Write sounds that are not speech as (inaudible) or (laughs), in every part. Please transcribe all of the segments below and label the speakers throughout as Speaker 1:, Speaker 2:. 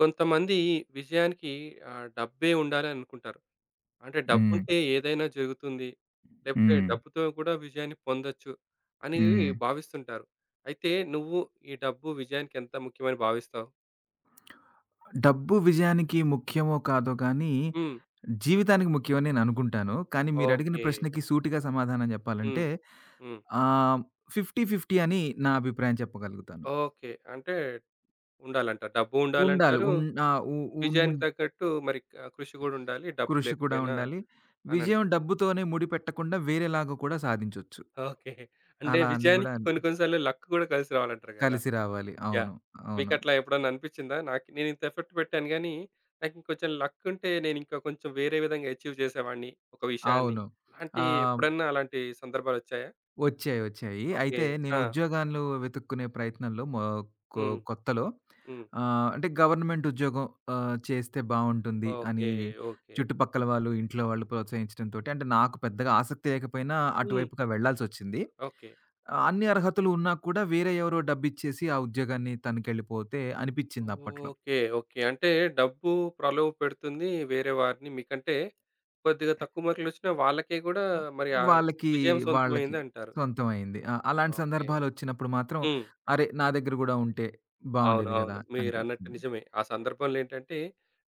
Speaker 1: కొంతమంది విజయానికి డబ్బే ఉండాలి అనుకుంటారు. అంటే
Speaker 2: హ్మ్.
Speaker 1: డబ్బుంటే ఏదైనా జరుగుతుంది. లేకపోతే
Speaker 2: హ్మ్.
Speaker 1: డబ్బుతో కూడా విజయాన్ని పొందొచ్చు అని
Speaker 2: హ్మ్.
Speaker 1: భావిస్తుంటారు. అయితే నువ్వు ఈ డబ్బు విజయానికి ఎంత ముఖ్యమని భావిస్తావు?
Speaker 2: డబ్బు విజయానికి ముఖ్యమో కాదో కానీ,
Speaker 1: హ్మ్.
Speaker 2: జీవితానికి ముఖ్యమని నేననుకుంటాను. కానీ మీరడిగిన
Speaker 1: ఓకే.
Speaker 2: ప్రశ్నకి సూటిగా సమాధానం
Speaker 1: హ్మ్.
Speaker 2: చెప్పాలంటే
Speaker 1: హ్మ్.
Speaker 2: ఆహ్, 50, 50 అని నా అభిప్రాయం చెప్పగలుగుతాను.
Speaker 1: ఓకే. అంటే ఉండాలంట. డబ్బు
Speaker 2: ఉండాలి.
Speaker 1: ఉండాలంటారు.
Speaker 2: ఉన్ ఆహ్, ఉ ఉన్
Speaker 1: విజయానికి తగ్గట్టు మరి కృషి కూడా ఉండాలి. డబ్బు
Speaker 2: కృషి కూడా
Speaker 1: లేకపోయినా
Speaker 2: ఉండాలి.
Speaker 1: అని
Speaker 2: విజయం
Speaker 1: అంటారు.
Speaker 2: డబ్బుతోనే ముడిపెట్టకుండా వేరేలాగా కూడా సాధించొచ్చు.
Speaker 1: ఓకే. అంటే
Speaker 2: అలా అని గూడా
Speaker 1: విజయానికి కొన్ని కొన్ని సార్లు లక్ కూడా కలిసి రావాలంటారు కదా!
Speaker 2: కలిసి రావాలి.
Speaker 1: యాహ్!
Speaker 2: అవును. అవును.
Speaker 1: మీకట్లా ఎప్పుడన్నా అనిపిచ్చిందా? నాకు నేనింత ఎఫర్ట్ పెట్టాను గానీ, నాకింకొంచెం లక్ ఉంటే నేనింకా కొంచెం వేరే విధంగా అచీవ్ చేసేవాడిని ఒక విషయాన్ని.
Speaker 2: అవును.
Speaker 1: అలాంటి
Speaker 2: ఆహ్
Speaker 1: ఎప్పుడన్నా అలాంటి సందర్భాలొచ్చాయా?
Speaker 2: వచ్చాయి. వచ్చాయి.
Speaker 1: ఓకే.
Speaker 2: అయితే నేను
Speaker 1: ఆ!
Speaker 2: ఉద్యోగాలు వెతుక్కునే ప్రయత్నంలో మొ కొ
Speaker 1: హ్మ్.
Speaker 2: కొత్తలో
Speaker 1: హ్మ్.
Speaker 2: అంటే గవర్నమెంట్ ఉద్యోగం చేస్తే బావుంటుంది అని
Speaker 1: ఓకే. ఓకే.
Speaker 2: చుట్టుపక్కల వాళ్ళు, ఇంట్లో వాళ్ళు ప్రోత్సహించడంతోటి అంటే నాకు పెద్దగా ఆసక్తి లేకపోయినా
Speaker 1: హ్మ్.
Speaker 2: అటువైపుగా వెళ్ళాల్సొచ్చింది.
Speaker 1: ఓకే.
Speaker 2: అన్ని అర్హతలు ఉన్నా కూడా వేరే ఎవరో డబ్బిచ్చేసి ఆ ఉద్యోగాన్ని తనకెళ్ళిపోతే అనిపిచ్చింది అప్పట్లో.
Speaker 1: ఓకే. ఓకే. అంటే డబ్బు ప్రలోభ పెడుతుంది వేరే వారిని. మీకంటే కొద్దిగా తక్కువ మార్కులొచ్చినా వాళ్ళకే గూడా
Speaker 2: హ్మ్.
Speaker 1: మరి ఆ
Speaker 2: వాళ్ళకి,
Speaker 1: విజయం
Speaker 2: వాళ్ళకి
Speaker 1: సొంతమైందంటారు.
Speaker 2: సొంతం అయింది. ఆ! అలాంటి
Speaker 1: ఓకే.
Speaker 2: సందర్భాలొచ్చినప్పుడు మాత్రం
Speaker 1: హ్మ్.
Speaker 2: అరే! నా దగ్గర గూడా ఉంటే
Speaker 1: అవును.
Speaker 2: బావుండేది గదా!
Speaker 1: అవును. మీరన్నట్టు
Speaker 2: అనిపిచ్చింది.
Speaker 1: నిజమే. ఆ సందర్భంలో ఏంటంటే,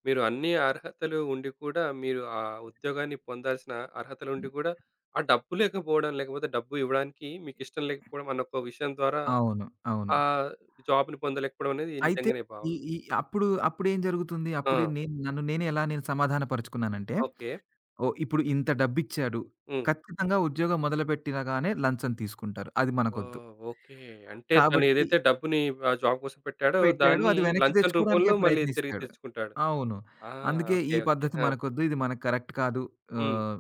Speaker 1: మీరు అన్ని అర్హతలు ఉండి కూడా, మీరు ఆ ఉద్యోగాన్ని పొందాల్సిన అర్హతలు ఉండి కూడా, ఆ డబ్బు లేకపోవడం, లేకపోతే డబ్బు ఇవ్వడానికి మీకిష్టం లేకపోవడం అన్న ఒక విషయం ద్వారా
Speaker 2: అవును. అవును.
Speaker 1: ఆహ్, జాబ్‌ని పొందలేకపోవడం అనేది
Speaker 2: అయితే
Speaker 1: నిజంగానే
Speaker 2: ఈ
Speaker 1: భావం.
Speaker 2: ఈ అప్పుడేం జరుగుతుంది?
Speaker 1: ఆ!
Speaker 2: అప్పుడు నేను నన్ను నేనే ఎలా నేను సమాధాన పరుచుకున్నానంటే,
Speaker 1: ఓకే.
Speaker 2: ఓహ్! ఇప్పుడు ఇంత డబ్బిచ్చాడు.
Speaker 1: హ్మ్.
Speaker 2: ఖచ్చితంగా ఉద్యోగం మొదలుపెట్టినగానే లంచం తీసుకుంటారు. అది మనకొద్దు.
Speaker 1: ఓహ్! ఓకే. అంటే తను
Speaker 2: కాబట్టి
Speaker 1: ఏదైతే డబ్బుని ఆ జాబ్ కోసం పెట్టాడో,
Speaker 2: పెట్టాడు.
Speaker 1: దాన్ని
Speaker 2: అది వెనక్కి
Speaker 1: లంచం
Speaker 2: తెచ్చుకోవడానికే
Speaker 1: రూపంలో మళ్ళీ తిరిగి
Speaker 2: ప్రయత్నిస్తాడు.
Speaker 1: తెచ్చుకుంటాడు.
Speaker 2: అవును.
Speaker 1: ఆ!
Speaker 2: అందుకే ఈ
Speaker 1: ఓకే. ఓకే.
Speaker 2: పద్ధతి
Speaker 1: ఆ!
Speaker 2: మనకొద్దు. ఇది మనకు కరెక్ట్ కాదు.
Speaker 1: హ్మ్.
Speaker 2: ఆహ్,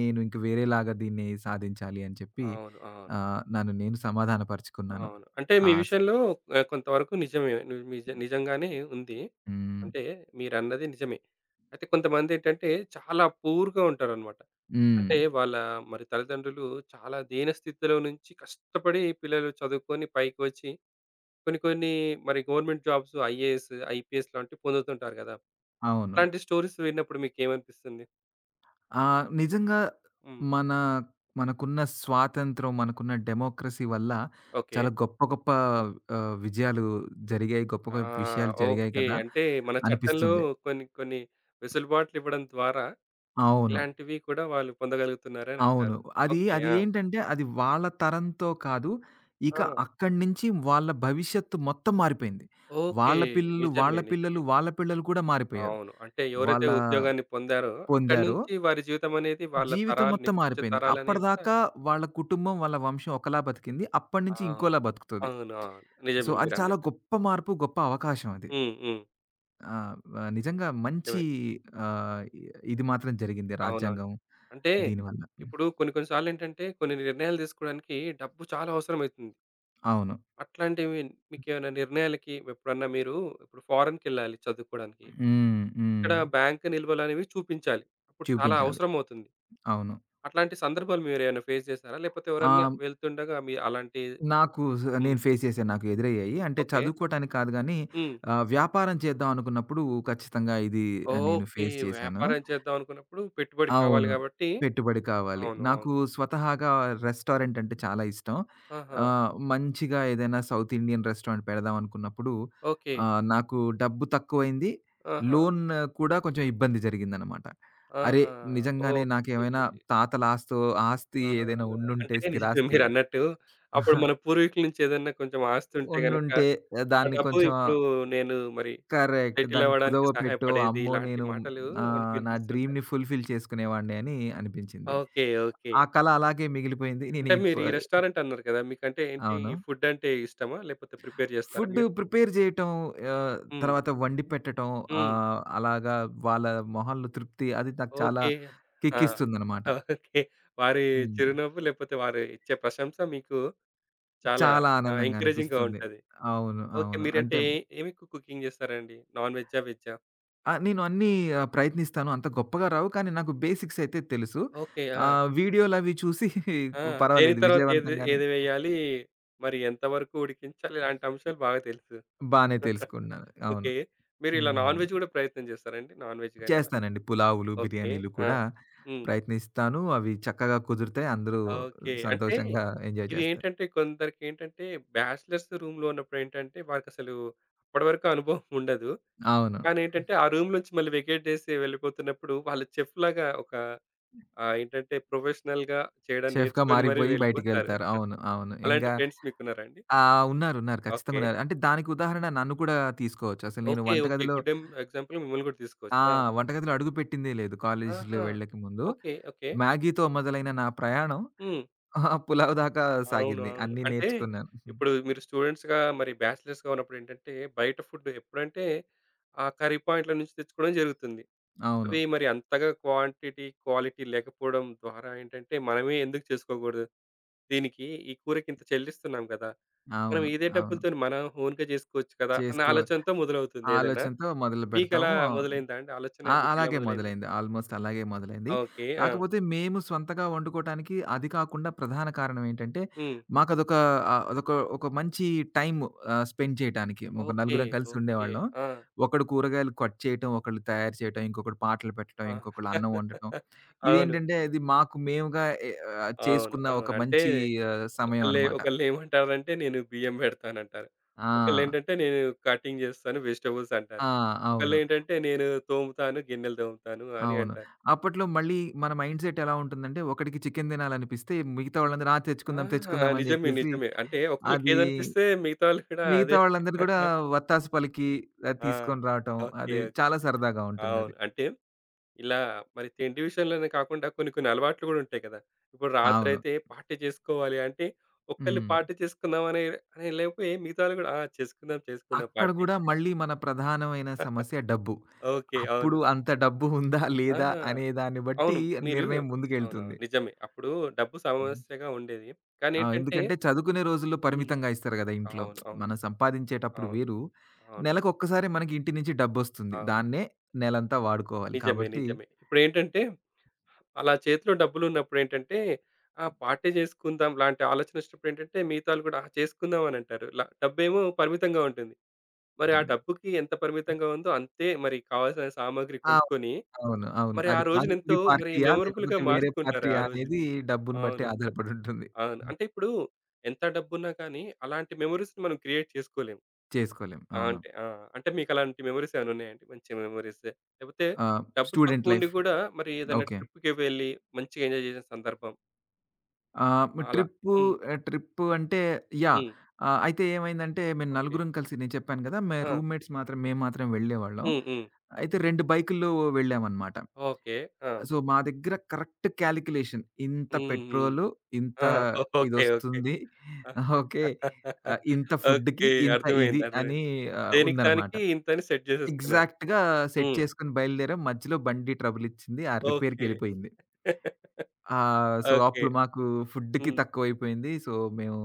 Speaker 2: నేను ఇంక వేరేలాగా దీన్ని సాధించాలి అని చెప్పి
Speaker 1: అవును. అవును.
Speaker 2: నన్ను నేను సమాధాన పరుచుకున్నాను.
Speaker 1: అవును. అంటే మీ
Speaker 2: ఆస్
Speaker 1: విషయంలో కొంతవరకు నిజమే. నువ్వు నిజంగానే ఉంది.
Speaker 2: హ్మ్.
Speaker 1: అంటే మీరన్నది నిజమే. అయితే కొంతమందేంటంటే చాలా పూర్‌గా ఉంటారనమాట.
Speaker 2: హ్మ్.
Speaker 1: అంటే వాళ్ళ మరి తల్లిదండ్రులు చాలా దీనస్థితిలో నుంచి కష్టపడి పిల్లలు చదువుకొని పైకి వచ్చి కొన్ని కొన్ని మరి గవర్నమెంట్ జాబ్స్ ఐఏఎస్, ఐపీఎస్ లాంటివి పొందుతుంటారు కదా!
Speaker 2: అవును.
Speaker 1: అట్లాంటి స్టోరీస్ విన్నప్పుడు మీకేమనిపిస్తుంది?
Speaker 2: ఆ! నిజంగా
Speaker 1: హ్మ్.
Speaker 2: మన మనకున్న స్వాతంత్రం, మనకున్న డెమోక్రసీ వల్ల
Speaker 1: ఓకే.
Speaker 2: చాలా గొప్ప గొప్ప విజయాలు జరిగాయి. గొప్ప
Speaker 1: ఆ!
Speaker 2: గొప్ప విషయాలు జరిగాయి
Speaker 1: ఓకే.
Speaker 2: కదా!
Speaker 1: అంటే మన చట్టంలో
Speaker 2: అనిపిస్తుంది.
Speaker 1: కొన్ని కొన్ని వెసులుబాట్లు ఇవ్వడం ద్వారా
Speaker 2: అవును.
Speaker 1: ఇలాంటివి కూడా వాళ్ళు పొందగలుగుతున్నారని
Speaker 2: అవును.
Speaker 1: అంటారు.
Speaker 2: అది
Speaker 1: ఓకే.
Speaker 2: అది
Speaker 1: ఆ!
Speaker 2: ఏంటంటే అది వాళ్ళ తరంతో కాదు. ఇక
Speaker 1: ఆ!
Speaker 2: అక్కడి నుంచి వాళ్ళ భవిష్యత్తు మొత్తం మారిపోయింది.
Speaker 1: ఓకే.
Speaker 2: వాళ్ళ పిల్లలు, వాళ్ళ
Speaker 1: నిజమే.
Speaker 2: పిల్లలు,
Speaker 1: నిజమే.
Speaker 2: వాళ్ళ పిల్లలు కూడా మారిపోయారు.
Speaker 1: అవును. అంటే ఎవరైతే
Speaker 2: వాళ్ళ
Speaker 1: ఉద్యోగాన్ని పొందారో అక్కడి
Speaker 2: పొందారు.
Speaker 1: నుంచి వారి జీవితం అనేది వాళ్ళ
Speaker 2: జీవితం
Speaker 1: తరాలు
Speaker 2: మొత్తం
Speaker 1: నెక్స్ట్ వచ్చే
Speaker 2: మారిపోయింది.
Speaker 1: తరాలనేవి కూడా
Speaker 2: అప్పటిదాకా వాళ్ళ కుటుంబం, వాళ్ళ వంశం ఒకలా బతికింది. అప్పటినుంచి
Speaker 1: అవును.
Speaker 2: ఇంకోలా బతుకుతది.
Speaker 1: అవును. అవును.
Speaker 2: సో,
Speaker 1: నిజమే
Speaker 2: అది చాలా
Speaker 1: మీరన్నట్టు.
Speaker 2: గొప్ప మార్పు, గొప్ప అవకాశం అది.
Speaker 1: హ్మ్. హ్మ్.
Speaker 2: ఆహ్, వ నిజంగా మంచి
Speaker 1: నిజమే.
Speaker 2: ఆహ్, ఇ ఇది మాత్రం జరిగింది
Speaker 1: అవునవును.
Speaker 2: రాజ్యాంగం
Speaker 1: అంటే
Speaker 2: దీనివల్ల. హ్మ్.
Speaker 1: ఇప్పుడు కొన్ని కొన్ని సార్లేంటంటే కొన్ని నిర్ణయాలు తీసుకోవడానికి డబ్బు చాలా అవసరమైతుంది.
Speaker 2: అవును.
Speaker 1: అట్లాంటివి మీకేమైనా నిర్ణయాలకి ఎప్పుడన్నా మీరు ఇప్పుడు ఫారెన్‌కెళ్ళాలి చదువుకోవడానికి.
Speaker 2: హ్మ్. హ్మ్.
Speaker 1: ఇక్కడ బ్యాంక్ నిల్వలనేవి చూపించాలి. అప్పుడు చాలా
Speaker 2: చూపించాలి.
Speaker 1: అవసరమవుతుంది.
Speaker 2: అవును.
Speaker 1: అట్లాంటి సందర్భాలు మీరేమైనా ఫేస్ చేసారా? లేపోతే ఎవరన్నా
Speaker 2: ఆహ్,
Speaker 1: వెళ్తుండగా మీ అలాంటి
Speaker 2: నాకు
Speaker 1: హ్మ్.
Speaker 2: నేను ఫేస్ చేశాను. నాకు ఎదురయ్యాయి. అంటే
Speaker 1: ఓకే.
Speaker 2: చదువుకోవటానికి కాదు గానీ
Speaker 1: హ్మ్.
Speaker 2: వ్యాపారం చేద్దాం అనుకున్నప్పుడు ఖచ్చితంగా ఇది ఆ, నేను
Speaker 1: ఓకే.
Speaker 2: ఫేస్ చేశాను.
Speaker 1: వ్యాపారం చేద్దాం అనుకున్నప్పుడు పెట్టుబడి కావాలి
Speaker 2: అవును.
Speaker 1: కాబట్టి
Speaker 2: పెట్టుబడి కావాలి.
Speaker 1: అవును.
Speaker 2: నాకు
Speaker 1: అవును.
Speaker 2: స్వతహాగా రెస్టారెంట్ అంటే చాలా ఇష్టం.
Speaker 1: ఆహా!
Speaker 2: మంచిగా ఏదైనా సౌత్ ఇండియన్ రెస్టారెంట్ పెడదాం అనుకున్నప్పుడు
Speaker 1: ఓకే.
Speaker 2: నాకు డబ్బు తక్కువైంది.
Speaker 1: ఆహా!
Speaker 2: లోన్ కూడా కొంచెం ఇబ్బంది జరిగిందనమాట. అరే!
Speaker 1: ఆహా!
Speaker 2: నిజంగానే
Speaker 1: ఓకే.
Speaker 2: నాకేమైనా తాతల ఆస్తో ఆస్తి
Speaker 1: ఆ!
Speaker 2: ఏదైనా ఉండుంటే
Speaker 1: అంటే నిజమే
Speaker 2: స్థిరాస్తి
Speaker 1: మీరన్నట్టు అప్పుడు
Speaker 2: (laughs)
Speaker 1: మన పూర్వీకుల నుంచి ఏదన్నా కొంచెం ఆస్తి ఉంటే గనక
Speaker 2: ఉండుంటే
Speaker 1: ఆ
Speaker 2: దాన్ని
Speaker 1: డబ్బు
Speaker 2: కొంచెం
Speaker 1: ఇప్పుడు నేను మరి
Speaker 2: కరెక్ట్.
Speaker 1: సెటిల్
Speaker 2: దాన్ని
Speaker 1: అవ్వడానికి
Speaker 2: కుదవ పెట్టో,
Speaker 1: సహాయపడేది
Speaker 2: అమ్మో!
Speaker 1: ఇలాంటి
Speaker 2: నేను
Speaker 1: మాటలు మనకు
Speaker 2: నా
Speaker 1: వినిపిస్తుంటాయి.
Speaker 2: డ్రీమ్‌ని ఫుల్‌ఫిల్ చేసుకునేవాడిని అని అనిపించింది.
Speaker 1: ఓకే. ఓకే.
Speaker 2: ఆ కళ అలాగే మిగిలిపోయింది. నేను
Speaker 1: అంటే
Speaker 2: ఇప్
Speaker 1: మీరు ఈ రెస్టారెంట్ అన్నారు కదా! మీకంటే ఏంటి
Speaker 2: అవును.
Speaker 1: ఈ ఫుడ్ అంటే ఇష్టమా? లేకపోతే ప్రిపేర్ చేస్తారా
Speaker 2: ఫుడ్
Speaker 1: మీరు?
Speaker 2: ప్రిపేర్ చేయటం ఆహ్,
Speaker 1: హ్మ్.
Speaker 2: తర్వాత వండి పెట్టటం
Speaker 1: హ్మ్.
Speaker 2: ఆహ్, అలాగా వాళ్ళ మొహాల్లో తృప్తి అది నాకు చాలా
Speaker 1: ఓకే. ఆ!
Speaker 2: కిక్కిస్తుందనమాట.
Speaker 1: ఓకే. వారి
Speaker 2: హ్మ్.
Speaker 1: చిరునవ్వు లేకపోతే వారు ఇచ్చే ప్రశంస మీకు చాలా
Speaker 2: చాలా ఆనందంగా
Speaker 1: ఎంకరేజింగ్‌గా
Speaker 2: అనిపిస్తుంది.
Speaker 1: ఉంటది.
Speaker 2: అవును.
Speaker 1: ఓకే.
Speaker 2: అవును. అంటే
Speaker 1: మీరంటే ఏమి కుకింగ్ చేస్తారండి? నాన్ వెజ్జా? వెజ్జా?
Speaker 2: ఆ! నేను అన్నీ ప్రయత్నిస్తాను. అంత గొప్పగా రావు. కానీ నాకు బేసిక్స్ అయితే తెలుసు.
Speaker 1: ఓకే. ఆ!
Speaker 2: వీడియోలవి చూసి
Speaker 1: ఆ!
Speaker 2: (laughs)
Speaker 1: దేని
Speaker 2: పర్వాలేదు
Speaker 1: తర్వాత ఏది
Speaker 2: విజయవంతంగానే
Speaker 1: ఏది వేయాలి? మరి ఎంత వరకు ఉడికించాలి? ఇలాంటి అంశాలు బాగా తెలుసు.
Speaker 2: బానే తెలుసుకున్నాను. అవును.
Speaker 1: ఓకే. మీరు ఇలా
Speaker 2: హ్మ్.
Speaker 1: నాన్ వెజ్ కూడా ప్రయత్నం చేస్తారండి? నాన్ వెజ్ గాని అలా?
Speaker 2: చేస్తానండి. పులావులు,
Speaker 1: ఓకే.
Speaker 2: బిర్యానీలు
Speaker 1: ఆ!
Speaker 2: కూడా
Speaker 1: హ్మ్.
Speaker 2: ప్రయత్నిస్తాను. అవి చక్కగా కుదిరితే అందరూ
Speaker 1: ఓకే. అంటే
Speaker 2: సంతోషంగా ఎంజాయ్ చేస్తారు.
Speaker 1: ఇదేంటంటే కొందరికేంటంటే బ్యాచిలర్స్ రూమ్‌లో ఉన్నప్పుడేంటంటే వారికసలు అప్పటి వరకు అనుభవం ఉండదు.
Speaker 2: అవును.
Speaker 1: కానీ ఏంటంటే ఆ రూమ్ నుంచి మళ్ళీ వెకేట్ చేసి వెళ్ళిపోతున్నప్పుడు వాళ్ళు చెఫ్‌లాగా ఒక ఏంటంటే ప్రొఫెషనల్‌గా చేయడం
Speaker 2: షెఫ్‌గా
Speaker 1: నేర్చుకొని మరి
Speaker 2: మారిపోయి
Speaker 1: వెళ్ళిపోతారు.
Speaker 2: బయటికెళ్తారు. అవును. అవును.
Speaker 1: అలాంటి
Speaker 2: ఇంకా
Speaker 1: ఫ్రెండ్స్ మీకున్నారా అండి?
Speaker 2: ఆ! ఉన్నారు. ఉన్నారు. ఖచ్చితంగా
Speaker 1: ఓకే.
Speaker 2: ఉన్నారు. అంటే దానికి ఉదాహరణ నన్ను కూడా తీసుకోవచ్చు. అసలు నేను
Speaker 1: ఓకే. ఓకే.
Speaker 2: వంటగదిలో
Speaker 1: గుడ్ ఎం ఎగ్జాంపుల్ మిమ్మల్ని కూడా
Speaker 2: ఆ!
Speaker 1: తీసుకోవచ్చు. ఆ!
Speaker 2: వంటగదిలో అడుగుపెట్టిందే లేదు కాలేజీలో
Speaker 1: ఆహా!
Speaker 2: వెళ్ళక ముందు.
Speaker 1: ఓకే. ఓకే.
Speaker 2: మ్యాగీతో మొదలైన నా ప్రయాణం
Speaker 1: హ్మ్.
Speaker 2: ఆ, పులావ్ దాకా
Speaker 1: అవును.
Speaker 2: సాగింది.
Speaker 1: అవును.
Speaker 2: అన్నీ
Speaker 1: అంటే
Speaker 2: నేర్చుకున్నాను.
Speaker 1: ఇప్పుడు మీరు స్టూడెంట్స్‌గా మరి బ్యాచిలర్స్‌గా ఉన్నప్పుడు ఏంటంటే బయట ఫుడ్ ఎప్పుడంటే ఆ కర్రీ పాయింట్‌ల నుంచి తెచ్చుకోవడం జరుగుతుంది.
Speaker 2: అవును.
Speaker 1: అవి మరి అంతగా క్వాంటిటీ, క్వాలిటీ లేకపోవడం ద్వారా ఏంటంటే మనమే ఎందుకు చేసుకోకూడదు? దీనికి ఈ కూరకి ఇంత చెల్లిస్తున్నాం కదా! మనం
Speaker 2: అవును.
Speaker 1: ఇదే
Speaker 2: అవును.
Speaker 1: డబ్బులతోని మనం ఓన్‌గా చేసుకోవచ్చు కదా! అన్న
Speaker 2: చేసుకో
Speaker 1: ఆలోచనతో మొదలవుతుంది ఏదన్నా.
Speaker 2: ఆలోచనతో
Speaker 1: మీకలా
Speaker 2: మొదలుపెడతాము.
Speaker 1: మొదలైందా
Speaker 2: ఆ!
Speaker 1: అండి? ఆలోచన మీకెలా
Speaker 2: అలాగే
Speaker 1: మొదలైంది?
Speaker 2: మొదలైంది. ఆల్‌మోస్ట్ అలాగే మొదలైంది.
Speaker 1: ఓకే. ఆ!
Speaker 2: కాకపోతే మేము స్వంతగా వండుకోటానికి అది కాకుండా ప్రధాన కారణం ఏంటంటే,
Speaker 1: హ్మ్.
Speaker 2: మాకదొక అదొక ఒక మంచి టైమ్ స్పెండ్ చేయటానికి. ఒక
Speaker 1: ఓకే.
Speaker 2: నలుగురం కలిసి
Speaker 1: ఓకే. (laughs)
Speaker 2: ఉండేవాళ్ళం.
Speaker 1: ఆ!
Speaker 2: ఒకడు కూరగాయలు కట్ చేయటం, ఒకళ్ళు తయారు చేయటం, ఇంకొకడు పాటలు పెట్టడం,
Speaker 1: ఆ!
Speaker 2: ఇంకొకళ్ళు అన్నం వండటం.
Speaker 1: అవును.
Speaker 2: ఇదేంటంటే, ఇది మాకు మేముగా ఎ
Speaker 1: అవును.
Speaker 2: చేసుకున్న ఒక
Speaker 1: అవును. అంటే
Speaker 2: మంచి సమయం
Speaker 1: ఒకళ్ళే
Speaker 2: అనమాట.
Speaker 1: ఒకళ్ళేమంటారంటే నేను బియ్యం పెడతానంటారు.
Speaker 2: ఆ!
Speaker 1: ఒకళ్ళేంటంటే నేను కటింగ్ చేస్తాను వెజిటబుల్స్
Speaker 2: ఆ!
Speaker 1: అంటారు.
Speaker 2: అవును.
Speaker 1: ఒకళ్ళేంటంటే నేను తోముతాను, గిన్నెలు తోముతాను అని
Speaker 2: అవును.
Speaker 1: అంటారు.
Speaker 2: అప్పట్లో మళ్ళీ మన మైండ్‌సెట్ ఎలా ఉంటుందంటే, ఒకడికి చికెన్ తినాలనిపిస్తే మిగతా వాళ్ళందరూ ఆ!
Speaker 1: ఆ!
Speaker 2: తెచ్చుకుందాం, తెచ్చుకుందాం అని
Speaker 1: నిజమే.
Speaker 2: జెప్పేసి,
Speaker 1: నిజమే. అంటే
Speaker 2: అది
Speaker 1: ఒకళ్ళకేదనిపిస్తే మిగతా వాళ్ళు కూడా
Speaker 2: మిగతా
Speaker 1: అదే.
Speaker 2: వాళ్ళందరూ గూడా
Speaker 1: (laughs)
Speaker 2: వత్తాసు పలికి
Speaker 1: ఆ!
Speaker 2: తీసుకొని రావటం.
Speaker 1: ఓకే.
Speaker 2: అది
Speaker 1: ఓకే.
Speaker 2: చాలా సరదాగా
Speaker 1: అవును.
Speaker 2: ఉంటుందది.
Speaker 1: అంటే ఇలా మరి తిండి విషయంలోనే కాకుండా కొన్ని కొన్ని అలవాట్లు కూడా ఉంటాయి కదా! ఇప్పుడు
Speaker 2: అవును.
Speaker 1: రాత్రయితే పార్టీ చేసుకోవాలి అంటే, ఒకళ్ళు
Speaker 2: హ్మ్.
Speaker 1: పార్టీ చేసుకుందాం అనే అనే లేకపోయి మిగతా వాళ్ళు కూడా ఆ! చేసుకుందాం, చేసుకుందాం
Speaker 2: అక్కడ
Speaker 1: పార్టీ.
Speaker 2: గూడా మళ్ళీ మన ప్రధానమైన సమస్య డబ్బు.
Speaker 1: ఓకే.
Speaker 2: అప్పుడు
Speaker 1: అవును.
Speaker 2: అంత డబ్బు ఉందా?
Speaker 1: ఆ!
Speaker 2: లేదా? అనే దాన్ని బట్టి
Speaker 1: అవును. మీరు
Speaker 2: నిర్ణయం
Speaker 1: అవునవును.
Speaker 2: ముందుకెళ్తుంది.
Speaker 1: నిజమే. అప్పుడు డబ్బు సమస్యగా ఉండేది.
Speaker 2: ఆ!
Speaker 1: కానేంటంటే
Speaker 2: ఎందుకంటే చదువుకునే రోజుల్లో
Speaker 1: హ్మ్.
Speaker 2: పరిమితంగా ఇస్తారు గదా! ఇంట్లో.
Speaker 1: అవును. అవును.
Speaker 2: మనం సంపాదించేటప్పుడు
Speaker 1: అవును.
Speaker 2: వేరు.
Speaker 1: అవును.
Speaker 2: నెలకొక్కసారి మనకి ఇంటి నుంచి డబ్బొస్తుంది.
Speaker 1: అవును.
Speaker 2: దాన్నే నెలంతా వాడుకోవాలి.
Speaker 1: నిజమే.
Speaker 2: కాబట్టి
Speaker 1: నిజమే. ఇప్పుడేంటంటే అలా చేతిలో డబ్బులున్నప్పుడేంటంటే ఆ! పార్టీ చేసుకుందాం లాంటి ఆలోచన వచ్చినప్పుడేంటంటే మిగతావాళ్ళు కూడా ఆ! చేసుకుందాం అనంటారు. ల డబ్బేమో పరిమితంగా ఉంటుంది. మరి ఆ
Speaker 2: ఉంటుంది.
Speaker 1: డబ్బుకి ఎంత పరిమితంగా ఉందో అంతే మరి కావాల్సిన సామాగ్రి
Speaker 2: ఆ!
Speaker 1: కొనుక్కొని
Speaker 2: అవును. అవును.
Speaker 1: మరి ఆ
Speaker 2: అది
Speaker 1: రోజునెంతో
Speaker 2: పానీపూరి
Speaker 1: మరి
Speaker 2: పార్టీయా?
Speaker 1: మెమరబుల్‌గా
Speaker 2: లేకపోతే వేరే
Speaker 1: మార్చుకుంటారు ఆ
Speaker 2: పార్టీయా?
Speaker 1: రోజుని.
Speaker 2: అనేది డబ్బుని బట్టి
Speaker 1: అవును.
Speaker 2: ఆధారపడి ఉంటుంది.
Speaker 1: అవును. అంటే ఇప్పుడు ఎంత డబ్బున్నా కానీ అలాంటి మెమోరీస్‌ని మనం క్రియేట్ చేసుకోలేం.
Speaker 2: చేసుకోలేం. అవును.
Speaker 1: అంటే ఆ! అంటే మీకు అలాంటి మెమోరీస్ ఏమైనా ఉన్నాయండి? మంచి మెమోరీస్ లేకపోతే
Speaker 2: ఆహ్,
Speaker 1: డబ్బులు
Speaker 2: స్టూడెంట్
Speaker 1: తక్కువ ఉండి
Speaker 2: లైఫ్.
Speaker 1: కూడా మరి ఏదైనా
Speaker 2: ఓకే.
Speaker 1: ట్రిప్‌కి వెళ్ళి మంచిగా ఎంజాయ్ చేసిన సందర్భం
Speaker 2: ఆ!
Speaker 1: అలా?
Speaker 2: ట్రిప్పు
Speaker 1: హ్మ్.
Speaker 2: ట్రిప్పు అంటే యాహ్!
Speaker 1: హ్మ్.
Speaker 2: అయితే ఏమైందంటే మేము
Speaker 1: ఓకే.
Speaker 2: నలుగురం కలిసి నేను చెప్పాను గదా! మే
Speaker 1: ఆ!
Speaker 2: రూమ్‌మేట్స్ మాత్రం మేము మాత్రం వెళ్ళేవాళ్ళం.
Speaker 1: హ్మ్. హ్మ్.
Speaker 2: అయితే 2 బైకుల్లో వెళ్ళామన్నమాట.
Speaker 1: ఓకే. ఆ!
Speaker 2: సో, మా దగ్గర కరెక్ట్ కాలిక్యులేషన్ ఇంత
Speaker 1: హ్మ్. హ్మ్.
Speaker 2: పెట్రోలు, ఇంత
Speaker 1: ఆ! ఓకే. ఓకే.
Speaker 2: ఇదొస్తుంది.
Speaker 1: ఆ,
Speaker 2: ఓకే. ఇంత ఫుడ్‌కి
Speaker 1: ఓకే.
Speaker 2: ఇంత ఇది
Speaker 1: అర్థమైంది.
Speaker 2: అని
Speaker 1: అర్థమైంది. దేనికి
Speaker 2: ఉందన్నమాట.
Speaker 1: దానికి ఇంతని సెట్ చేసేసుకున్నారు.
Speaker 2: ఎగ్జాక్ట్‌గా సెట్
Speaker 1: హ్మ్.
Speaker 2: చేసుకొని బయలుదేరాం. మధ్యలో బండి ట్రబుల్ ఇచ్చింది. ఆ
Speaker 1: ఓకే.
Speaker 2: రిపేర్‌కెళ్ళిపోయింది.
Speaker 1: (laughs)
Speaker 2: ఆ! So,
Speaker 1: okay.
Speaker 2: అప్పుడు మాకు ఫుడ్‌కి
Speaker 1: హ్మ్.
Speaker 2: తక్కువైపోయింది. సో, మేము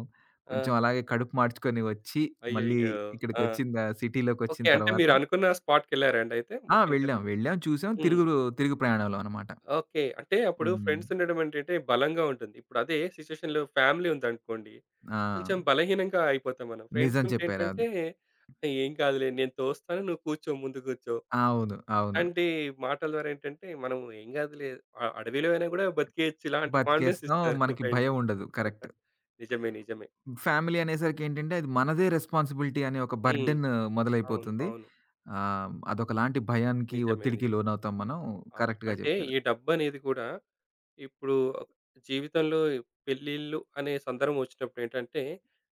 Speaker 1: ఆ!
Speaker 2: కొంచెం అలాగే కడుపు మార్చుకొని వచ్చి, మళ్ళీ
Speaker 1: అయ్యయ్యో! ఆ!
Speaker 2: ఇక్కడికొచ్చిన త సిటీలోకొచ్చిన
Speaker 1: ఓకే. అంటే
Speaker 2: తర్వాత
Speaker 1: మీరనుకున్న స్పాట్‌కెళ్లారండి అయితే
Speaker 2: ఆ! వెళ్ళాం.
Speaker 1: మొత్తానికైతే?
Speaker 2: వెళ్ళాం, చూసాం.
Speaker 1: హ్మ్.
Speaker 2: తిరుగు తిరుగు ప్రయాణంలో అనమాట.
Speaker 1: ఓకే. అంటే అప్పుడు
Speaker 2: హ్మ్.
Speaker 1: ఫ్రెండ్స్ ఉండడం ఏంటంటే బలంగా ఉంటుంది. ఇప్పుడు అదే సిట్యుయేషన్‌లో ఫ్యామిలీ ఉందనుకోండి,
Speaker 2: ఆ!
Speaker 1: కొంచెం బలహీనంగా అయిపోతాం మనం. ఫ్రెండ్స్
Speaker 2: నిజం
Speaker 1: ఉంటే
Speaker 2: చెప్పారు అది.
Speaker 1: ఏంటంటే, "ఏం కాదులే నేను తోస్తాను నువ్వు కూర్చో ముందు కూర్చో."
Speaker 2: అవును. అవును.
Speaker 1: ఇలాంటి మాటల ద్వారా ఏంటంటే మనం "ఏం కాదులే అడవిలో అయినా కూడా బతికేయొచ్చు" ఇలాంటి కాన్ఫిడెన్స్
Speaker 2: బతికేస్తాం.
Speaker 1: ఇస్తారు
Speaker 2: మనకి
Speaker 1: ఫ్రెండ్స్.
Speaker 2: భయం ఉండదు. కరెక్ట్.
Speaker 1: (laughs) నిజమే. నిజమే.
Speaker 2: ఫ్యామిలీ అనేసరికి ఏంటంటే, అది మనదే రెస్పాన్సిబిలిటీ అనే ఒక
Speaker 1: హ్మ్.
Speaker 2: బర్డెన్
Speaker 1: అవును.
Speaker 2: మొదలైపోతుంది.
Speaker 1: అవును.
Speaker 2: అదొకలాంటి భయానికి,
Speaker 1: నిజమే.
Speaker 2: ఒత్తిడికి లోనవుతాం మనం.
Speaker 1: ఆ!
Speaker 2: కరెక్ట్‌గా
Speaker 1: అంటే
Speaker 2: చెప్పారు.
Speaker 1: ఈ డబ్బనేది కూడా ఇప్పుడు జీవితంలో పెళ్ళిళ్ళు అనే సందర్భం వచ్చినప్పుడు ఏంటంటే,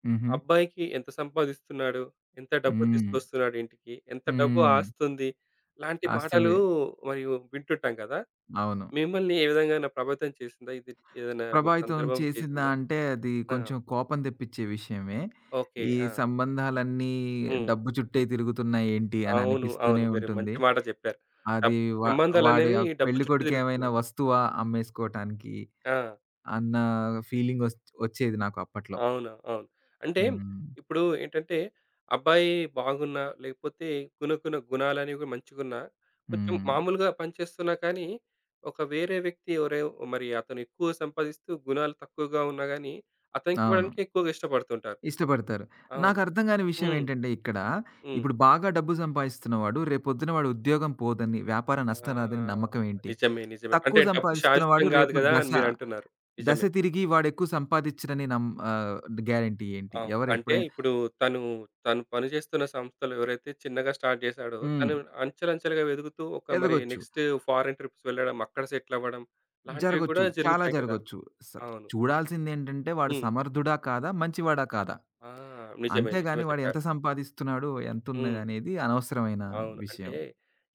Speaker 2: హుహు.
Speaker 1: అబ్బాయికి ఎంత సంపాదిస్తున్నాడు? ఎంత డబ్బు
Speaker 2: హ్మ్.
Speaker 1: తీసుకొస్తున్నాడు ఇంటికి? ఎంత డబ్బు
Speaker 2: హ్మ్.
Speaker 1: ఆస్తుంది? లాంటి మాటలు
Speaker 2: అస్తుంది.
Speaker 1: మరియు వింటుంటాం కదా!
Speaker 2: అవును.
Speaker 1: మిమ్మల్ని ఏ విధంగానా ప్రభావితం చేసిందా? ఇది ఏదైనా మీరు
Speaker 2: ప్రభావితం
Speaker 1: సందర్భం
Speaker 2: చేసిందా
Speaker 1: చేసిందా?
Speaker 2: అంటే అది
Speaker 1: ఆ!
Speaker 2: కొంచెం కోపం తెప్పిచ్చే విషయమే.
Speaker 1: ఓకే.
Speaker 2: ఈ
Speaker 1: ఆ!
Speaker 2: సంబంధాలన్నీ
Speaker 1: హ్మ్.
Speaker 2: డబ్బు చుట్టే తిరుగుతున్నాయేంటి అని
Speaker 1: అవును.
Speaker 2: అనిపిస్తూనే
Speaker 1: అవును. మీరు
Speaker 2: ఉంటుంది.
Speaker 1: మంచి మాట చెప్పారు.
Speaker 2: అది
Speaker 1: డబ్
Speaker 2: వా వాడి
Speaker 1: సంబంధాలనేవి
Speaker 2: ఆ
Speaker 1: డబ్బు చుట్టూ
Speaker 2: పెళ్ళికొడుకు ఏమైనా
Speaker 1: తిరుగుతున్నాయి.
Speaker 2: వస్తువా అమ్మేసుకోవటానికి
Speaker 1: ఆ!
Speaker 2: అన్న ఫీలింగ్ వచ్చేది నాకు అప్పట్లో.
Speaker 1: అవును. అవును. అంటే
Speaker 2: హ్మ్.
Speaker 1: ఇప్పుడు ఏంటంటే అబ్బాయి బాగున్నా, లేకపోతే గుణాలనేవి మంచిగున్నా, కొంచెం
Speaker 2: హ్మ్.
Speaker 1: మామూలుగా పనిచేస్తున్నా కానీ, ఒక వేరే వ్యక్తి ఎవరో మరి అతను ఎక్కువ సంపాదిస్తూ గుణాలు తక్కువగా ఉన్నా గాని, అతనికి
Speaker 2: అవును.
Speaker 1: ఇవ్వడానికి ఎక్కువగా ఇష్టపడుతుంటారు.
Speaker 2: ఇష్టపడతారు.
Speaker 1: అవును.
Speaker 2: నాకర్థం కాని విషయం
Speaker 1: హ్మ్.
Speaker 2: ఏంటంటే ఇక్కడ,
Speaker 1: హ్మ్.
Speaker 2: ఇప్పుడు బాగా డబ్బు సంపాదిస్తున్నవాడు రేపొద్దున వాడు ఉద్యోగం పోదని, వ్యాపారం నష్టం రాదని
Speaker 1: ఆ!
Speaker 2: నమ్మకం ఏంటి?
Speaker 1: నిజమే. నిజమే.
Speaker 2: తక్కువ
Speaker 1: అంటే డబ్బు
Speaker 2: సంపాదిస్తున్నవాడు
Speaker 1: శాశ్వతం కాదు
Speaker 2: రేపటి
Speaker 1: కదా!
Speaker 2: దశ,
Speaker 1: అని మీరంటున్నారు.
Speaker 2: దశ
Speaker 1: నిజమే.
Speaker 2: తిరిగి వాడెక్కువ సంపాదిచ్చడని గ్యారంటీ ఏంటి?
Speaker 1: అవును. అంటే
Speaker 2: ఎవరెప్పుడైనా
Speaker 1: ఇప్పుడు తను, తను పని చేస్తున్న సంస్థలో ఎవరైతే చిన్నగా స్టార్ట్ చేశాడో,
Speaker 2: హ్మ్.
Speaker 1: తను అంచెలంచెలుగా ఎదుగుతూ ఒక మరి
Speaker 2: ఎదగొచ్చు,
Speaker 1: నెక్స్ట్ ఫారెన్ ట్రిప్స్ వెళ్ళడం, అక్కడ సెటిల్ అవ్వడం లాంటివి
Speaker 2: జరగొచ్చు,
Speaker 1: కూడా
Speaker 2: చాలా
Speaker 1: జరుగుతాయి కదా!
Speaker 2: జరగొచ్చు. స
Speaker 1: అవును.
Speaker 2: చూడాల్సిందేంటంటే వాడు
Speaker 1: హ్మ్.
Speaker 2: సమర్థుడా కాదా? మంచివాడా కాదా?
Speaker 1: ఆ! నిజమే. నిజమే
Speaker 2: అంతేగాని వాడు ఎంత
Speaker 1: చెప్పారు.
Speaker 2: సంపాదిస్తున్నాడు?
Speaker 1: హ్మ్.
Speaker 2: ఎంతున్నదనేది అనవసరమైన
Speaker 1: అవును. అంటే
Speaker 2: విషయం.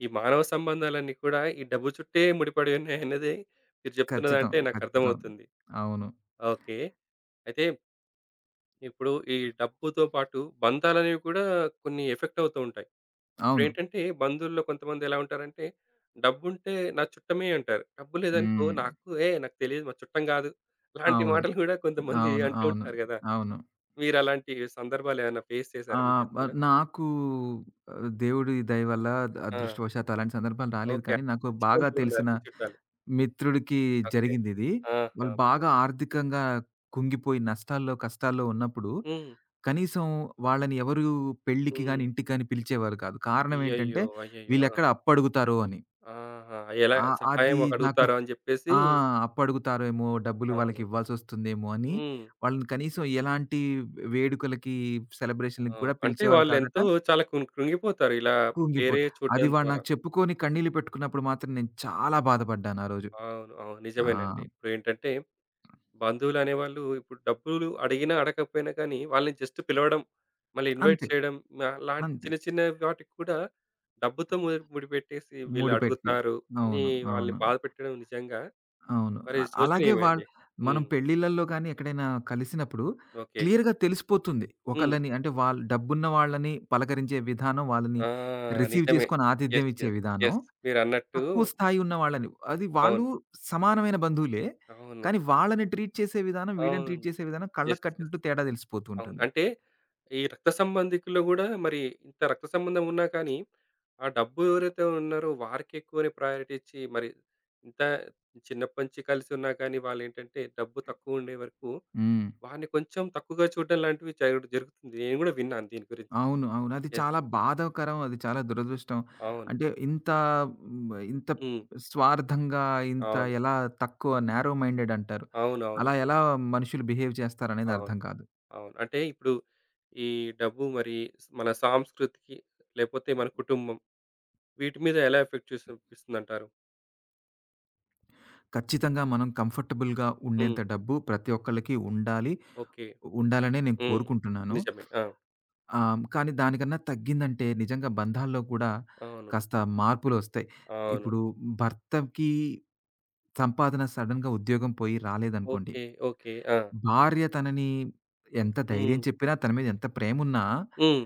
Speaker 1: ఈ మానవ సంబంధాలన్నీ కూడా ఈ డబ్బు చుట్టే ముడిపడి ఉన్నాయన్నది మీరు
Speaker 2: ఖచ్చితం.
Speaker 1: చెప్తున్నదంటే నాకు
Speaker 2: ఖచ్చితం.
Speaker 1: అర్థమవుతుంది.
Speaker 2: అవును.
Speaker 1: ఓకే. అయితే ఇప్పుడు ఈ డబ్బుతో పాటు బంధాలనేవి కూడా కొన్ని ఎఫెక్ట్ అవుతూ ఉంటాయి.
Speaker 2: అవును.
Speaker 1: ఇప్పుడేంటంటే బంధువుల్లో కొంతమంది ఎలా ఉంటారంటే, డబ్బుంటే నా చుట్టమే అంటారు. డబ్బు లేదనుకో
Speaker 2: హ్మ్.
Speaker 1: నాకు "ఏయ్! నాకు తెలీదు మా చుట్టం గాదు." లాంటి
Speaker 2: అవును.
Speaker 1: మాటలు గూడా కొంతమంది
Speaker 2: అవును.
Speaker 1: అంటూ
Speaker 2: అవును.
Speaker 1: ఉంటారు గదా!
Speaker 2: అవును.
Speaker 1: మీరలాంటి సందర్భాలేమన్నా ఫేస్
Speaker 2: ఆ!
Speaker 1: చేసారా మీ
Speaker 2: వ
Speaker 1: జీవితంలో?
Speaker 2: నాకు దేవుడి దయ వల్ల
Speaker 1: ఆ!
Speaker 2: అదృష్టవశాత్తు అలాంటి సందర్భాలు రాలేదు
Speaker 1: ఓకే.
Speaker 2: కానీ, నాకు
Speaker 1: మంచి
Speaker 2: బాగా
Speaker 1: బంధువులున్నారు
Speaker 2: తెలిసిన
Speaker 1: మీ చుట్టాలు.
Speaker 2: మిత్రుడికి
Speaker 1: ఓకే.
Speaker 2: జరిగిందిది.
Speaker 1: ఆహా!
Speaker 2: వాళ్ళు బాగా ఆర్థికంగా కుంగిపోయి నష్టాల్లో, కష్టాల్లో ఉన్నప్పుడు,
Speaker 1: హ్మ్.
Speaker 2: కనీసం వాళ్ళని ఎవరు పెళ్ళికి గాని,
Speaker 1: హ్మ్.
Speaker 2: ఇంటికి గాని పిలిచేవారు కాదు. కారణం ఏంటంటే,
Speaker 1: అయ్యయ్యో! అయ్యయ్యో! ఆ!
Speaker 2: వీళ్ళెక్కడ అప్పడుగుతారో అని.
Speaker 1: ఆహా! ఎలా
Speaker 2: ఆహ్, అది
Speaker 1: సహాయం
Speaker 2: నాకు
Speaker 1: అడుగుతారా అని జెప్పేసి
Speaker 2: ఆ! అప్పడుగుతారేమో, డబ్బులు
Speaker 1: అవును.
Speaker 2: వాళ్ళకివ్వాల్సొస్తుందేమో అని,
Speaker 1: హ్మ్.
Speaker 2: వాళ్ళని కనీసం ఎలాంటి వేడుకలకి, సెలబ్రేషన్‌లకి
Speaker 1: అవును.
Speaker 2: కూడా
Speaker 1: అంటే
Speaker 2: పిలిచేవాళ్ళు కాదట.
Speaker 1: వాళ్ళెంతో చాలా కృంగిపోతారు ఇలా
Speaker 2: కుంగిపోయి.
Speaker 1: వేరే
Speaker 2: అది
Speaker 1: చూడడం
Speaker 2: వాడు
Speaker 1: ద్వారా.
Speaker 2: నాకు చెప్పుకొని కన్నీళ్లు పెట్టుకున్నప్పుడు మాత్రం నేను చాలా బాధపడ్డాను ఆ రోజు.
Speaker 1: అవును. అవును.
Speaker 2: ఆ!
Speaker 1: నిజమేనండి. ఇప్పుడేంటంటే బంధువులనేవాళ్ళు ఇప్పుడు డబ్బులు అడిగినా, అడగకపోయినా కానీ వాళ్ళని జస్ట్ పిలవడం, మళ్ళీ ఇన్వైట్
Speaker 2: అంతే.
Speaker 1: చేయడం లాంటి
Speaker 2: అంతే.
Speaker 1: చిన్న చిన్న వాటికి కూడా డబ్బుతో ముడిపెట్టేసి వీళ్ళు
Speaker 2: ముడిపెట్టి.
Speaker 1: అడుగుతారు అని
Speaker 2: అవును.
Speaker 1: వాళ్ళని
Speaker 2: అవును.
Speaker 1: బాధ పెట్టడం నిజంగా
Speaker 2: అవును.
Speaker 1: మరి
Speaker 2: అ అలాగే
Speaker 1: శోచనీయమే
Speaker 2: వాళ్
Speaker 1: అండి.
Speaker 2: మనం
Speaker 1: హ్మ్.
Speaker 2: పెళ్ళిళ్ళల్లో గాని ఎక్కడైనా కలిసినప్పుడు
Speaker 1: ఓకే.
Speaker 2: క్లియర్‌గా తెలిసిపోతుంది.
Speaker 1: హ్మ్.
Speaker 2: ఒకళ్ళని అంటే వాళ్ళు డబ్బున్న వాళ్ళని పలకరించే విధానం, వాళ్ళని
Speaker 1: ఆ!
Speaker 2: రిసీవ్
Speaker 1: నిజమే.
Speaker 2: చేసుకొని ఆతిథ్యం
Speaker 1: యెస్.
Speaker 2: ఇచ్చే
Speaker 1: యెస్.
Speaker 2: విధానం,
Speaker 1: యెస్. మీరన్నట్టు
Speaker 2: తక్కువ స్థాయి ఉన్న వాళ్ళని అది వాళ్ళు
Speaker 1: అవును.
Speaker 2: సమానమైన బంధువులే.
Speaker 1: అవును.
Speaker 2: కానీ వాళ్ళని ట్రీట్ చేసే విధానం, వీళ్ళని
Speaker 1: అవును.
Speaker 2: ట్రీట్ చేసే విధానం కళ్ళకి
Speaker 1: యెస్. యెస్.
Speaker 2: కట్టినట్టు తేడా తెలిసిపోతూ
Speaker 1: అవును.
Speaker 2: ఉంటుంది.
Speaker 1: అంటే ఈ రక్త సంబంధికుల్లో గూడా మరి ఇంత రక్త సంబంధం ఉన్నా కానీ, ఆ డబ్బు ఎవరైతే ఉన్నారో వారికి ఎక్కువనే ప్రయారిటీ ఇచ్చి మరి ఇంత చిన్నప్పటి నుంచి కలిసి ఉన్నా కానీ వాళ్ళేంటంటే డబ్బు తక్కువ ఉండే వరకు
Speaker 2: హ్మ్.
Speaker 1: వారిని కొంచెం తక్కువగా చూడడం లాంటివి జరుగుతుంది. నేను గూడా విన్నాను దీని గురించి.
Speaker 2: అవును. అవును. అది
Speaker 1: యెస్.
Speaker 2: చాలా బాధాకరం. అది చాలా దురదృష్టం.
Speaker 1: అవును.
Speaker 2: అంటే ఇంత హ్మ్, ఇంత
Speaker 1: హ్మ్.
Speaker 2: స్వార్థంగా, ఇంత
Speaker 1: అవును.
Speaker 2: ఎలా తక్కువ నారో మైండెడ్ అంటారు.
Speaker 1: అవునవును.
Speaker 2: అలా
Speaker 1: అవును.
Speaker 2: ఎలా మనుషులు బిహేవ్ చేస్తారనేది
Speaker 1: అవును.
Speaker 2: అర్థం కాదు.
Speaker 1: అవును. అంటే ఇప్పుడు ఈ డబ్బు మరి మన సాంస్కృతికి లేకపోతే మన కుటుంబం వీటి మీద ఎలా ఎఫెక్ట్ చూసి చూపిస్తుందంటారు?
Speaker 2: ఖచ్చితంగా మనం కంఫర్టబుల్‌గా
Speaker 1: హ్మ్.
Speaker 2: ఉండేంత డబ్బు ప్రతి ఒక్కళ్ళకి ఉండాలి.
Speaker 1: ఓకే.
Speaker 2: ఉండాలనే నేను
Speaker 1: హ్మ్.
Speaker 2: కోరుకుంటున్నాను.
Speaker 1: నిజమే. ఆ!
Speaker 2: కానీ దానికన్నా తగ్గిందంటే నిజంగా బంధాల్లో కూడా
Speaker 1: అవును.
Speaker 2: కాస్త మార్పులొస్తాయి.
Speaker 1: అవును.
Speaker 2: ఇప్పుడు భర్తకి సంపాదన సడెన్‌గా ఉద్యోగం పోయి రాలేదనుకోండి
Speaker 1: ఓకే. ఓకే. ఆ!
Speaker 2: భార్య తనని ఎంత ధైర్యం
Speaker 1: హ్మ్.
Speaker 2: చెప్పినా, తన మీద ఎంత ప్రేమున్నా,
Speaker 1: హ్మ్.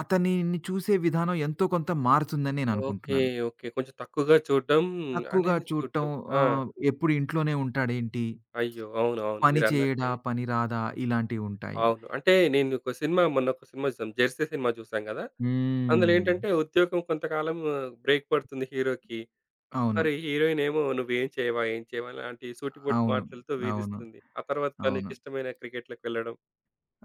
Speaker 2: అతనిని చూసే విధానం ఎంతో కొంత మారుతుందని
Speaker 1: ఓకే.
Speaker 2: నేననుకుంటున్నాను.
Speaker 1: ఓకే. కొంచెం తక్కువగా చూడడం
Speaker 2: తక్కువగా
Speaker 1: అనేది
Speaker 2: చూడటం
Speaker 1: చూడడం. ఆ!
Speaker 2: ఎప్పుడు ఇంట్లోనే ఉంటాడేంటి?
Speaker 1: అయ్యో! అవును. అవును.
Speaker 2: పని చేయడా?
Speaker 1: మీరన్నట్టే.
Speaker 2: పని రాదా? ఇలాంటివుంటాయి.
Speaker 1: అవును. అంటే నేను ఒక సినిమా మొన్న ఒక సినిమా చూసాం. 'జెర్సీ' సినిమా చూసాం గదా! అందులో
Speaker 2: హ్మ్.
Speaker 1: ఏంటంటే ఉద్యోగం కొంతకాలం బ్రేక్ పడుతుంది హీరోకి.
Speaker 2: అవును.
Speaker 1: మరి హీరోయిన్ ఏమో "నువ్వేం చేయవా? ఏం చేయవా?" లాంటి సూటిపోటి
Speaker 2: అవును.
Speaker 1: మాటలతో
Speaker 2: అవును. అవును.
Speaker 1: వేధిస్తుంది. ఆ తర్వాత
Speaker 2: అవును.
Speaker 1: తనకిష్టమైన క్రికెట్‌లోకి వెళ్ళడం.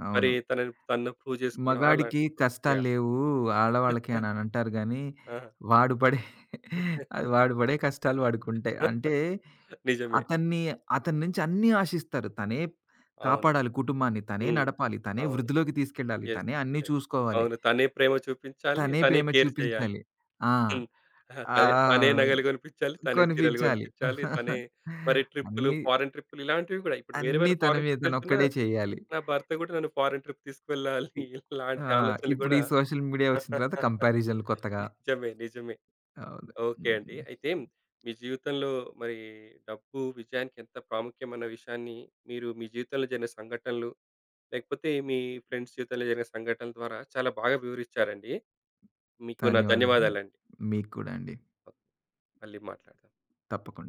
Speaker 2: అవును.
Speaker 1: మరి తనను ప్రూవ్ చేసుకోవడం అలా.
Speaker 2: మగాడికి కష్టాలు
Speaker 1: యాహ్!
Speaker 2: లేవు ఆడవాళ్ళకి అని అని అంటారు గానీ, వాడు పడే (laughs) అది వాడు పడే కష్టాలు వాడికుంటాయి.
Speaker 1: ఆ!
Speaker 2: అంటే
Speaker 1: నిజమే.
Speaker 2: అతన్ని అతని నుంచి అన్నీ ఆశిస్తారు. తనే
Speaker 1: అవును.
Speaker 2: కాపాడాలి కుటుంబాన్ని, తనే
Speaker 1: హ్మ్.
Speaker 2: నడపాలి, తనే
Speaker 1: అవును.
Speaker 2: వృద్ధిలోకి తీసుకెళ్ళాలి,
Speaker 1: యెస్.
Speaker 2: తనే అన్నీ
Speaker 1: యెస్.
Speaker 2: చూసుకోవాలి,
Speaker 1: అవును. తనే ప్రేమ చూపించాలి.
Speaker 2: తనే
Speaker 1: తనే
Speaker 2: ప్రేమ
Speaker 1: కేర్ చేయాలి.
Speaker 2: చూపించాలి. ఆ!
Speaker 1: హ్మ్. ఆ! తనే తనే
Speaker 2: ఆహ్,
Speaker 1: నగలు గొనిపించాలి. తనే చీరలు
Speaker 2: కొనిపించాలి.
Speaker 1: గొనిపించాలి. తనే
Speaker 2: (laughs)
Speaker 1: మరి ట్రిప్పులు,
Speaker 2: అన్నీ,
Speaker 1: ఫారెన్ ట్రిప్పులు ఇలాంటివి గూడా. ఇప్పుడు వేరే
Speaker 2: అన్నీ
Speaker 1: వాళ్ళు
Speaker 2: తన
Speaker 1: ఫారెన్
Speaker 2: మీద
Speaker 1: ట్రిప్ వెళ్తున్నా,
Speaker 2: తనొక్కడే చేయాలి.
Speaker 1: నా భర్త గూడా నన్ను ఫారెన్ ట్రిప్ తీసుకెళ్ళాలి.
Speaker 2: ఇ
Speaker 1: (laughs) ఇలాంటి
Speaker 2: ఆ!
Speaker 1: ఆలోచనలు
Speaker 2: ఇప్పుడు
Speaker 1: గూడా
Speaker 2: ఈ సోషల్ మీడియా వచ్చిన తర్వాత
Speaker 1: (laughs)
Speaker 2: కంపారిజన్‌లు కొత్తగా.
Speaker 1: నిజమే. నిజమే.
Speaker 2: అవును.
Speaker 1: ఓకే అండి.
Speaker 2: హ్మ్.
Speaker 1: అయితే మీ జీవితంలో మరి డబ్బు విజయానికి ఎంత ప్రాముఖ్యం అన్న విషయాన్ని, మీరు మీ జీవితంలో జరిగిన సంఘటనలు లేకపోతే మీ ఫ్రెండ్స్ జీవితంలో జరిగిన సంఘటనల ద్వారా చాలా బాగా వివరించారండి. మీకు నా
Speaker 2: ధన్యవాదాలండి.
Speaker 1: ధన్యవాదాలండి.
Speaker 2: మీకు కూడా అండి.
Speaker 1: ఓకే. మళ్ళీ మాట్లాడదాం.
Speaker 2: తప్పకుండా.